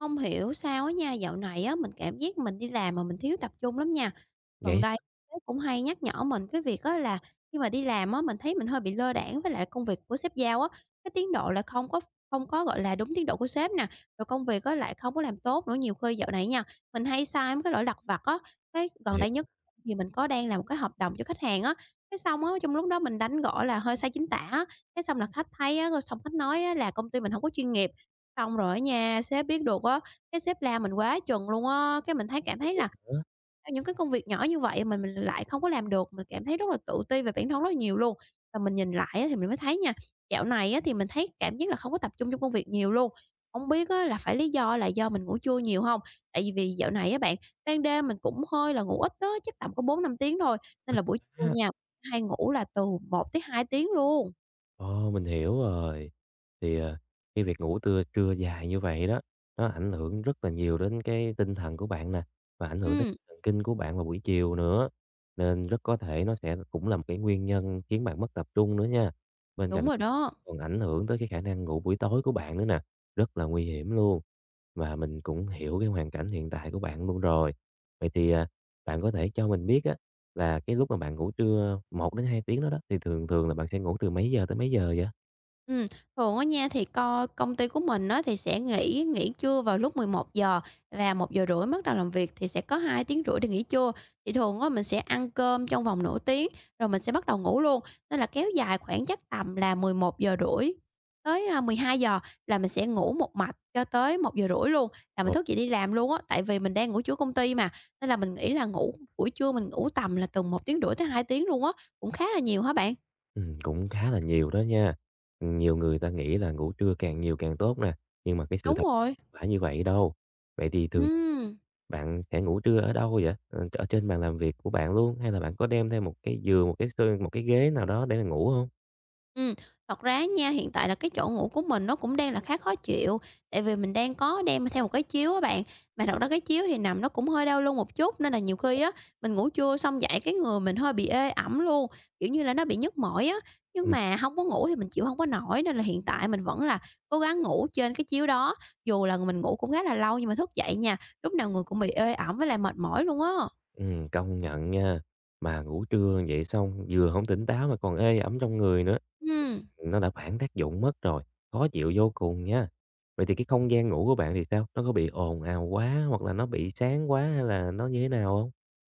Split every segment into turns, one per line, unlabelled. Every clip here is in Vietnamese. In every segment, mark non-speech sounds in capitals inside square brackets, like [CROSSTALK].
Không hiểu sao á nha, dạo này á, mình cảm giác mình đi làm mà mình thiếu tập trung lắm nha. Gần
Vậy.
đây sếp cũng hay nhắc nhở mình cái việc á là khi mà đi làm á, mình thấy mình hơi bị lơ đãng với lại công việc của sếp giao á, cái tiến độ là không có, gọi là, đúng tiến độ của sếp nè, rồi công việc á lại không có làm tốt nữa. Nhiều khi dạo này nha, mình hay sai mấy cái lỗi lặt vặt á, cái gần
Hiểu
đây nhất thì mình có đang làm một cái hợp đồng cho khách hàng á, cái xong á, trong lúc đó mình đánh gọi là hơi sai chính tả á, cái xong là khách thấy á, rồi xong khách nói á là công ty mình không có chuyên nghiệp. Xong rồi á nha, sếp biết được á, cái sếp la mình quá chừng luôn á, cái mình thấy cảm thấy là những cái công việc nhỏ như vậy mà mình lại không có làm được, mình cảm thấy rất là tự ti về bản thân rất là nhiều luôn. Và mình nhìn lại á thì mình mới thấy nha, dạo này á thì mình thấy cảm giác là không có tập trung trong công việc nhiều luôn. Không biết á là phải lý do là do mình ngủ trưa nhiều không? Tại vì dạo này á bạn, ban đêm mình cũng hơi là ngủ ít đó, chắc tầm có 4-5 tiếng thôi, nên là buổi trưa
á.
nha, hay ngủ là từ 1 tới 2 tiếng luôn.
Ồ, mình hiểu rồi. Thì, cái việc ngủ trưa trưa dài như vậy đó, nó ảnh hưởng rất là nhiều đến cái tinh thần của bạn nè, và ảnh hưởng đến
Ừm,
thần kinh của bạn vào buổi chiều nữa, nên rất có thể nó sẽ cũng là một cái nguyên nhân khiến bạn mất tập trung nữa nha. Bên cạnh
đúng rồi
đó
đó.
còn ảnh hưởng tới cái khả năng ngủ buổi tối của bạn nữa nè, rất là nguy hiểm luôn. Và mình cũng hiểu cái hoàn cảnh hiện tại của bạn luôn rồi. Vậy thì, bạn có thể cho mình biết á, là cái lúc mà bạn ngủ trưa 1 đến 2 tiếng đó đó, thì thường thường là bạn sẽ ngủ từ mấy giờ tới mấy giờ vậy?
Ừm, thường á nha thì co công ty của mình á thì sẽ nghỉ nghỉ trưa vào lúc 11 giờ và 1 giờ rưỡi bắt đầu làm việc thì sẽ có 2 tiếng rưỡi để nghỉ trưa. Thì thường á mình sẽ ăn cơm trong vòng nửa tiếng rồi mình sẽ bắt đầu ngủ luôn, nên là kéo dài khoảng chắc tầm là 11 giờ rưỡi tới, 12 giờ là mình sẽ ngủ một mạch cho tới 1 giờ rưỡi luôn là mình
Ồ.
thức dậy đi làm luôn á. Tại vì mình đang ngủ trưa công ty mà, nên là mình nghĩ là ngủ buổi trưa mình ngủ tầm là từ một tiếng rưỡi tới 2 tiếng luôn á, cũng khá là nhiều hả bạn?
Cũng khá là nhiều đó nha. Nhiều người ta nghĩ là ngủ trưa càng nhiều càng tốt nè, nhưng mà cái sự
Đúng
thật
rồi,
không phải như vậy đâu. Vậy thì thường
ừm.
bạn sẽ ngủ trưa ở đâu vậy? Ờ, ở trên bàn làm việc của bạn luôn, hay là bạn có đem theo một cái giường, một cái xô một cái ghế nào đó để mà ngủ không?
Ừm, thật ra nha, hiện tại là cái chỗ ngủ của mình nó cũng đang là khá khó chịu, tại vì mình đang có đem theo một cái chiếu á bạn. Mà thật ra cái chiếu thì nằm nó cũng hơi đau lưng một chút, nên là nhiều khi á, mình ngủ trưa xong dậy cái người mình hơi bị ê ẩm luôn, kiểu như là, nó bị nhức mỏi á. Nhưng
Ừm.
mà không có ngủ thì mình chịu không có nổi, nên là hiện tại mình vẫn là cố gắng ngủ trên cái chiếu đó, dù là mình ngủ cũng khá là lâu nhưng mà thức dậy nha, lúc nào người cũng bị ê ẩm với lại mệt mỏi luôn á.
Ừm, công nhận nha, mà ngủ trưa vậy xong vừa không tỉnh táo mà còn ê ẩm trong người nữa.
Ừ.
Nó đã phản tác dụng mất rồi, khó chịu vô cùng nha. Vậy thì cái không gian ngủ của bạn thì sao? Nó có bị ồn ào quá hoặc là nó bị sáng quá hay là nó như thế nào không?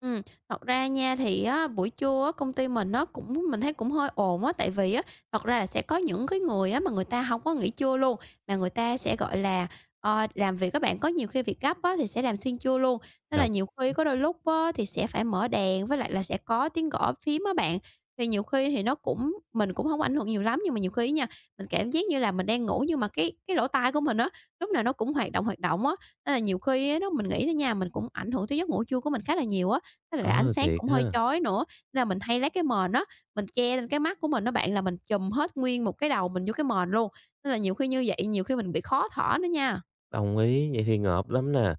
Ừm, thật ra nha thì á, buổi trưa á, công ty mình nó cũng mình thấy cũng hơi ồn á, tại vì á, thật ra là sẽ có những cái người á, mà người ta không có nghỉ trưa luôn, mà người ta sẽ, gọi là, làm việc các bạn, có nhiều khi việc gấp á, thì sẽ làm xuyên trưa luôn. Nên là
Đồng
nhiều khi có đôi lúc á, thì sẽ phải mở đèn với lại là sẽ có tiếng gõ phím á bạn. Thì nhiều khi thì nó cũng mình cũng không ảnh hưởng nhiều lắm, nhưng mà nhiều khi nha, mình cảm giác như là mình đang ngủ nhưng mà cái lỗ tai của mình á, lúc nào nó cũng hoạt động á. Nên là nhiều khi á, nó mình nghĩ đó nha, mình cũng ảnh hưởng tới giấc ngủ trưa của mình khá là nhiều á. Với lại ánh
ờ,
sáng
Thiệt
cũng hơi
ha,
chói nữa, nên là mình hay lấy cái mền á, mình che lên cái mắt của mình á bạn, là mình trùm hết nguyên một cái đầu mình vô cái mền luôn, nên là nhiều khi như vậy nhiều khi mình bị khó thở nữa nha.
đồng ý, vậy thì ngợp lắm nè.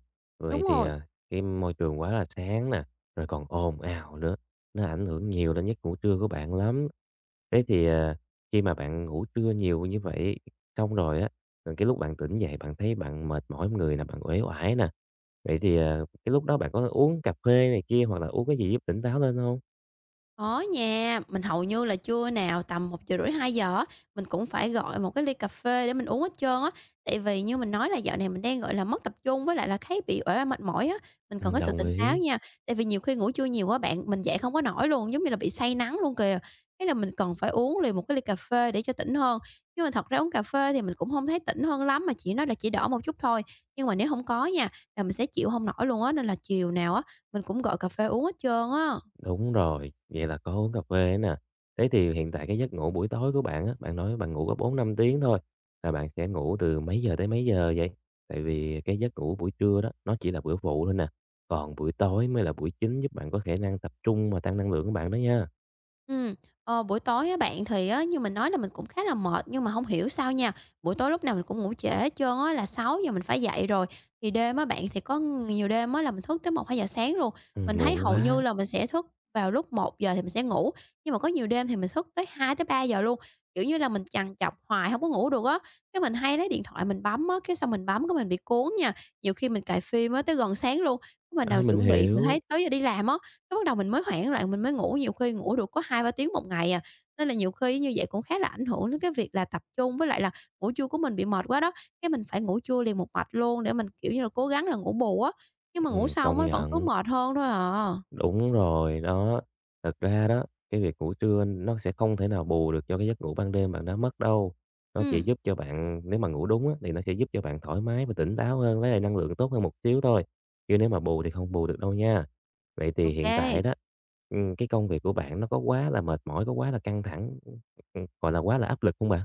Đúng
Vậy thì,
rồi.
à, cái môi trường quá là sáng nè, rồi còn ồn ào nữa, nó ảnh hưởng nhiều đến giấc ngủ trưa của bạn lắm. Thế thì, khi mà bạn ngủ trưa nhiều như vậy, xong rồi á, rồi cái lúc bạn tỉnh dậy bạn thấy bạn mệt mỏi người nè, bạn uể oải nè. Vậy thì, cái lúc đó bạn có uống cà phê này kia hoặc là uống cái gì giúp tỉnh táo lên không?
Có nha, mình hầu như là trưa nào tầm 1:30-2:00 á, mình cũng phải gọi một cái ly cà phê để mình uống hết trơn á. Tại vì như mình nói là dạo này mình đang, gọi là, mất tập trung với lại là thấy bị uể oải mệt mỏi á, mình cần có sự
Đồng
tỉnh táo
ý,
nha. Tại vì nhiều khi ngủ trưa nhiều quá bạn, mình dậy không có nổi luôn, giống như là bị say nắng luôn kìa. Thế là mình cần phải uống liền một cái ly cà phê để cho tỉnh hơn. Nhưng mà thật ra uống cà phê thì mình cũng không thấy tỉnh hơn lắm, mà chỉ nói là chỉ đỡ một chút thôi. Nhưng mà nếu không có nha, là mình sẽ chịu không nổi luôn á, nên là chiều nào á, mình cũng gọi cà phê uống hết trơn á.
đúng rồi, vậy là có uống cà phê nè. Thế thì hiện tại cái giấc ngủ buổi tối của bạn á, bạn nói bạn ngủ có 4 5 tiếng thôi, là bạn sẽ ngủ từ mấy giờ tới mấy giờ vậy? Tại vì cái giấc ngủ buổi trưa đó, nó chỉ là bữa phụ thôi nè, còn buổi tối mới là buổi chính giúp bạn có khả năng tập trung và tăng năng lượng của bạn đó nha.
Ừm, Buổi tối á bạn thì á, như mình nói là mình cũng khá là mệt nhưng mà không hiểu sao nha, buổi tối lúc nào mình cũng ngủ trễ hết trơn á, là 6:00 mình phải dậy rồi. Thì đêm á bạn, thì có nhiều đêm á là mình thức tới một hai giờ sáng luôn, mình thấy
Muộn
hầu
quá.
như là mình sẽ thức vào lúc một giờ thì mình sẽ ngủ, nhưng mà có nhiều đêm thì mình thức tới hai tới ba giờ luôn. Kiểu như là, mình trằn trọc hoài không có ngủ được á, cái mình hay lấy điện thoại mình bấm á, cái xong mình bấm cái mình bị cuốn nha, nhiều khi mình cài phim á tới gần sáng luôn, cái mình
A,
nào
mình
chuẩn bị mình
hiểu.
thấy tới giờ đi làm á, cái bắt đầu mình mới hoảng loạn, mình mới ngủ, nhiều khi ngủ được có hai ba tiếng một ngày à, nên là nhiều khi như vậy cũng khá là ảnh hưởng đến cái việc là tập trung, với lại là ngủ trưa của mình bị mệt quá đó, cái mình phải ngủ trưa liền một mạch luôn để mình, kiểu như là, cố gắng là ngủ bù á, nhưng mà ngủ
Ừm,
xong
công
á vẫn cứ
nhận.
mệt hơn thôi à.
Đúng rồi, đó. Thật ra đó, cái việc ngủ trưa nó sẽ không thể nào bù được cho cái giấc ngủ ban đêm bạn đã mất đâu. Nó chỉ
Ừm,
giúp cho bạn nếu mà ngủ đúng á, thì nó sẽ giúp cho bạn thoải mái và tỉnh táo hơn, lấy lại năng lượng tốt hơn một xíu thôi. Chứ nếu mà bù thì không bù được đâu nha. Vậy thì hiện tại
ok.
đó, ừ, cái công việc của bạn nó có quá là mệt mỏi, có quá là căng thẳng, ừ, gọi là quá là áp lực không bạn?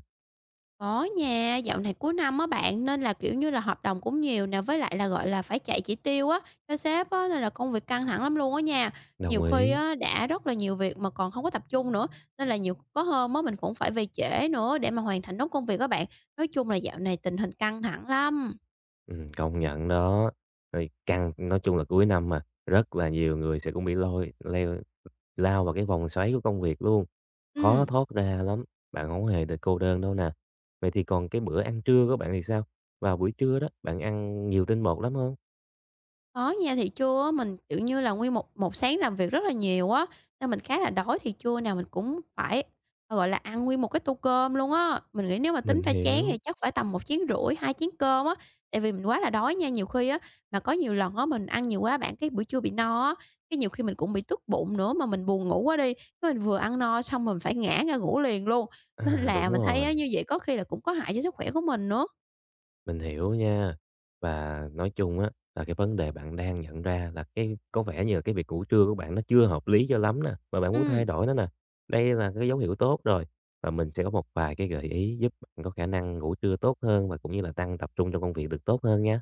Có nha, dạo này cuối năm á bạn, nên là, kiểu như là, hợp đồng cũng nhiều nè, với lại là, gọi là, phải chạy chỉ tiêu á, cho sếp á, nên là công việc căng thẳng lắm luôn á nha.
Đồng
Nhiều khi
ý.
á, đã rất là nhiều việc mà còn không có tập trung nữa, nên là nhiều có hôm á, mình cũng phải về trễ nữa để mà hoàn thành nốt công việc các bạn. Nói chung là dạo này tình hình căng thẳng lắm.
Ừ, công nhận đó. Rồi căng, nói chung là cuối năm mà, rất là nhiều người sẽ cũng bị lôi leo lao vào cái vòng xoáy của công việc luôn, khó
Ừm.
thoát ra lắm, bạn hổng hề được cô đơn đâu nè. Vậy thì còn cái bữa ăn trưa của bạn thì sao? Vào buổi trưa đó, bạn ăn nhiều tinh bột lắm không?
Có nha, thì trưa á, mình, kiểu như là, nguyên một một sáng làm việc rất là nhiều á, nên mình khá là đói, thì trưa nào mình cũng phải, gọi là, ăn nguyên một cái tô cơm luôn á. Mình nghĩ nếu mà tính
Mình
ra chén
hiểu.
thì chắc phải tầm một chén, rưỡi 2 chén cơm á, tại vì mình quá là đói nha. Nhiều khi á, mà có nhiều lần á, mình ăn nhiều quá bạn, cái buổi trưa bị no á, cái nhiều khi mình cũng bị tức bụng nữa, mà mình buồn ngủ quá đi, cái mình vừa ăn no xong mình phải ngã ra ngủ liền luôn, [LAUGHS] nên
À, đúng
là mình thấy á,
rồi.
như vậy có khi là cũng có hại cho sức khỏe của mình nữa.
Mình hiểu nha. Và nói chung á, là cái vấn đề bạn đang nhận ra là cái có vẻ như là cái việc ngủ trưa của bạn nó chưa hợp lý cho lắm nè, và bạn muốn
Ừm,
thay đổi nó nè. Đây là cái dấu hiệu tốt rồi, và mình sẽ có một vài cái gợi ý giúp bạn có khả năng ngủ trưa tốt hơn và cũng như là tăng tập trung trong công việc được tốt hơn nha.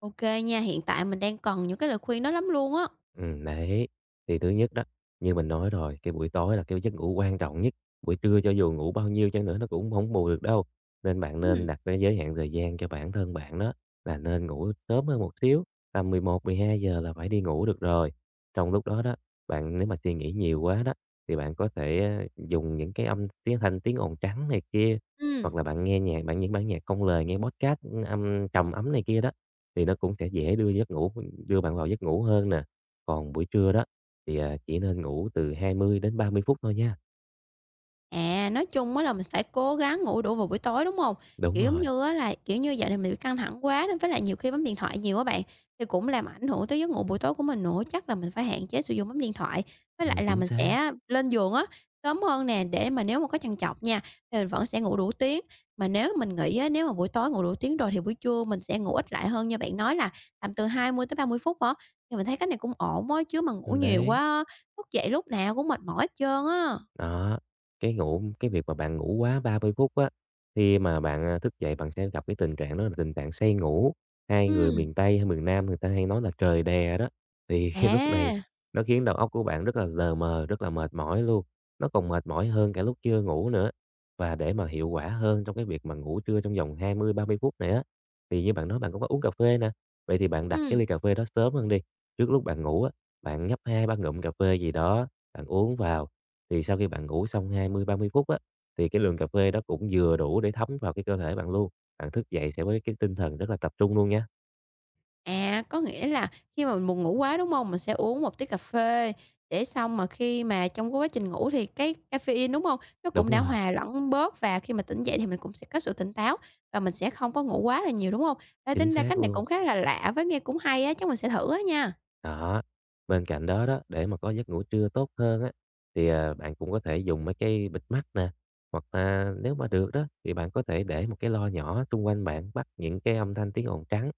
ô nha, hiện tại mình đang cần những cái lời khuyên đó lắm luôn á.
Đấy. Thì thứ nhất đó, như mình nói rồi, cái buổi tối là cái giấc ngủ quan trọng nhất, buổi trưa cho dù ngủ bao nhiêu chăng nữa nó cũng không bù được đâu. Nên bạn nên
Ừm,
đặt cái giới hạn thời gian cho bản thân bạn đó, là nên ngủ sớm hơn một xíu, tầm 1100 giờ là phải đi ngủ được rồi. Trong lúc đó đó, bạn nếu mà suy nghĩ nhiều quá đó, thì bạn có thể, dùng những cái âm tiếng thanh tiếng ồn trắng này kia,
ừm.
hoặc là bạn nghe nhạc bạn những bản nhạc không lời, nghe podcast, âm trầm ấm này kia đó, thì nó cũng sẽ dễ đưa bạn vào giấc ngủ hơn nè. Còn buổi trưa đó thì, chỉ nên ngủ từ 20 đến 30 phút thôi nha.
À, nói chung á là mình phải cố gắng ngủ đủ vào buổi tối, đúng hông?
Đúng
Kiểu, giống
rồi,
như á là, kiểu như, dạo này mình bị căng thẳng quá nên với lại nhiều khi bấm điện thoại nhiều á bạn, thì cũng làm ảnh hưởng tới giấc ngủ buổi tối của mình nữa. Chắc là mình phải hạn chế sử dụng bấm điện thoại, với lại là
chính
mình
xác,
sẽ lên giường á, sớm hơn nè, để mà nếu mà có trằn trọc nha, thì mình vẫn sẽ ngủ đủ tiếng. Mà nếu mình nghĩ á, nếu mà buổi tối ngủ đủ tiếng rồi thì buổi trưa mình sẽ ngủ ít lại hơn, như bạn nói là tầm từ 20 tới 30 phút á, thì mình thấy cách này cũng ổn á, chứ mà ngủ nhiều quá
đấy.
á, thức dậy lúc nào cũng mệt mỏi hết trơn á.
Đó, cái việc mà bạn ngủ quá 30 phút á, khi mà bạn, thức dậy bạn sẽ gặp cái tình trạng đó là tình trạng say ngủ. Hai người
Ừm,
miền Tây hay miền Nam người ta hay nói là "trời đè" đó, thì [LAUGHS] cái lúc này
à,
nó khiến đầu óc của bạn rất là lờ mờ, rất là mệt mỏi luôn. Nó còn mệt mỏi hơn cả lúc chưa ngủ nữa. Và để mà hiệu quả hơn trong cái việc mà ngủ trưa trong vòng 20 30 phút này á, thì như bạn nói bạn cũng có uống cà phê nè, vậy thì bạn đặt cái
ừm,
ly cà phê đó sớm hơn đi. Trước lúc bạn ngủ á, bạn nhấp hai ba ngụm cà phê gì đó, bạn uống vào thì sau khi bạn ngủ xong 20 30 phút á, thì cái lượng cà phê đó cũng vừa đủ để thấm vào cái cơ thể bạn luôn. Bạn thức dậy sẽ với cái tinh thần rất là tập trung luôn nha.
có nghĩa là khi mà mình buồn ngủ quá, đúng hông? Mình sẽ uống một tí cà phê để xong mà khi mà trong cái quá trình ngủ thì cái caffeine, đúng hông? Nó
Đúng
cũng đã
rồi,
hòa lẫn bớt và khi mà tỉnh dậy thì mình cũng sẽ có sự tỉnh táo và mình sẽ không có ngủ quá là nhiều, đúng hông? Ê,
chính
tính ra
xác
cách này
luôn.
cũng khá là lạ với nghe cũng hay á, chắc mình sẽ thử á nha.
Đó. Bên cạnh đó đó, để mà có giấc ngủ trưa tốt hơn á, thì, à, bạn cũng có thể dùng mấy cái bịt mắt nè, hoặc là nếu mà được đó, thì bạn có thể để một cái loa nhỏ xung quanh bạn, bắt những cái âm thanh tiếng ồn trắng.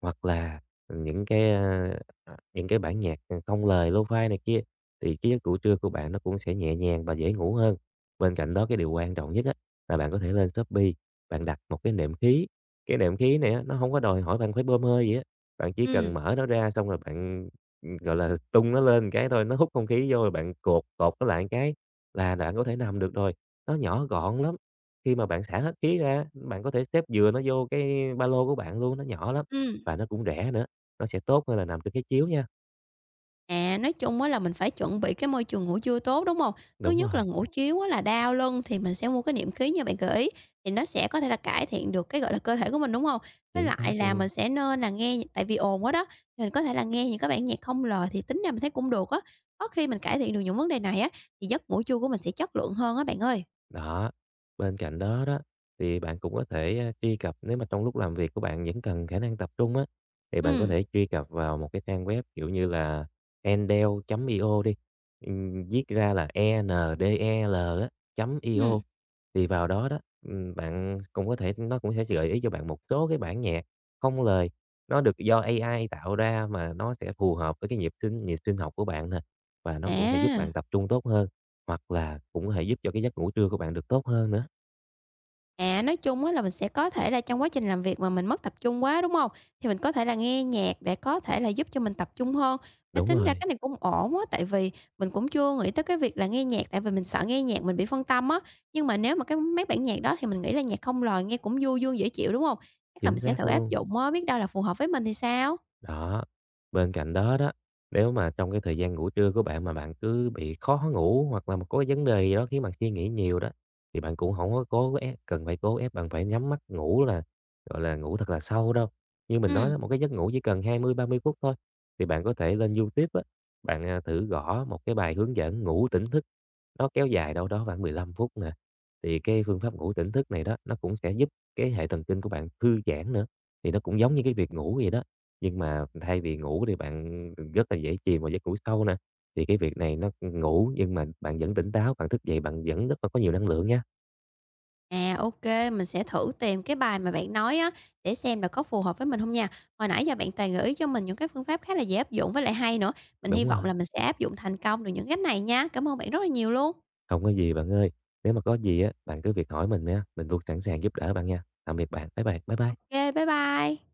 Hoặc là những cái, những cái bản nhạc, không lời Lo-fi này kia, thì cái giấc ngủ trưa của bạn nó cũng sẽ nhẹ nhàng và dễ ngủ hơn. Bên cạnh đó cái điều quan trọng nhất á, là bạn có thể lên Shopee, bạn đặt một cái nệm khí. Cái nệm khí này á, nó không có đòi hỏi bạn phải bơm hơi gì á, bạn chỉ cần
Ừm,
mở nó ra xong rồi bạn, gọi là, tung nó lên cái thôi, nó hút không khí vô rồi bạn cột cột nó lại cái là bạn có thể nằm được rồi. Nó nhỏ gọn lắm, khi mà bạn xả hết khí ra, bạn có thể xếp vừa nó vô cái ba lô của bạn luôn, nó nhỏ lắm
ừm.
và nó cũng rẻ nữa, nó sẽ tốt hơn là nằm trên cái chiếu nha.
À, nói chung á là mình phải chuẩn bị cái môi trường ngủ trưa tốt, đúng không? Thứ
Đúng
nhất là
rồi,
ngủ chiếu á là đau lưng thì mình sẽ mua cái niệm khí như bạn gợi ý, thì nó sẽ có thể là cải thiện được cái, gọi là, cơ thể của mình, đúng không? Với
chính
lại
xác
là
luôn.
mình sẽ nên là nghe tại vì ồn quá đó, thì mình có thể là nghe những cái bản nhạc không lời thì tính ra mình thấy cũng được á. Có khi mình cải thiện được những vấn đề này á, thì giấc ngủ trưa của mình sẽ chất lượng hơn á bạn ơi.
Đó, bên cạnh đó đó, thì bạn cũng có thể, truy cập nếu mà trong lúc làm việc của bạn vẫn cần khả năng tập trung á, thì bạn có
Ừm,
thể truy cập vào một cái trang web, kiểu như là, endel.io đi, viết ra là Endel á, chấm
ừm,
io. Thì vào đó đó, bạn cũng có thể nó cũng sẽ gợi ý cho bạn một số cái bản nhạc không lời, nó được do AI tạo ra mà nó sẽ phù hợp với cái nhịp sinh học của bạn nè, và nó cũng sẽ giúp bạn
à.
tập trung tốt hơn hoặc là cũng có thể giúp cho cái giấc ngủ trưa của bạn được tốt hơn nữa.
À, nói chung á là mình sẽ có thể là trong quá trình làm việc mà mình mất tập trung quá, đúng hông? Thì mình có thể là nghe nhạc để có thể là giúp cho mình tập trung hơn. Ê,
Đúng
tính ra
rồi,
cái này cũng ổn á, tại vì mình cũng chưa nghĩ tới cái việc là nghe nhạc, tại vì mình sợ nghe nhạc mình bị phân tâm á. Nhưng mà nếu mà cái mấy bản nhạc đó thì mình nghĩ là nhạc không lời nghe cũng du dương dễ chịu, đúng hông? Chắc là
chính
mình sẽ
xác
thử áp
luôn.
dụng á, biết đâu là phù hợp với mình thì sao?
Đó, bên cạnh đó đó, nếu mà trong cái thời gian ngủ trưa của bạn mà bạn cứ bị khó ngủ hoặc là một có vấn đề gì đó khiến bạn suy nghĩ nhiều đó, thì bạn cũng không có cố ép cần phải cố ép bạn phải nhắm mắt ngủ là, gọi là, ngủ thật là sâu đâu. Như mình nói
Ừm.
đó, một cái giấc ngủ chỉ cần 20 30 phút thôi, thì bạn có thể lên YouTube á, bạn, thử gõ một cái bài hướng dẫn ngủ tỉnh thức, nó kéo dài đâu đó khoảng 15 phút nè. Thì cái phương pháp ngủ tỉnh thức này đó, nó cũng sẽ giúp cái hệ thần kinh của bạn thư giãn nữa, thì nó cũng giống như cái việc ngủ vậy đó. Nhưng mà thay vì ngủ thì bạn rất là dễ chìm vào giấc ngủ sâu nè, thì cái việc này nó ngủ nhưng mà bạn vẫn tỉnh táo, bạn thức dậy bạn vẫn rất là có nhiều năng lượng nha.
À, ok, mình sẽ thử tìm cái bài mà bạn nói á, để xem là có phù hợp với mình không nha. Hồi nãy giờ bạn toàn gợi ý cho mình những cái phương pháp khá là dễ áp dụng với lại hay nữa. Mình hy
Đúng
vọng
rồi,
là mình sẽ áp dụng thành công được những cách này nha. Cảm ơn bạn rất là nhiều luôn.
không có gì bạn ơi. Nếu mà có gì á, bạn cứ việc hỏi mình nha, mình luôn sẵn sàng giúp đỡ bạn nha. Tạm biệt bạn, bye bye bye bye.
Ok, bye bye.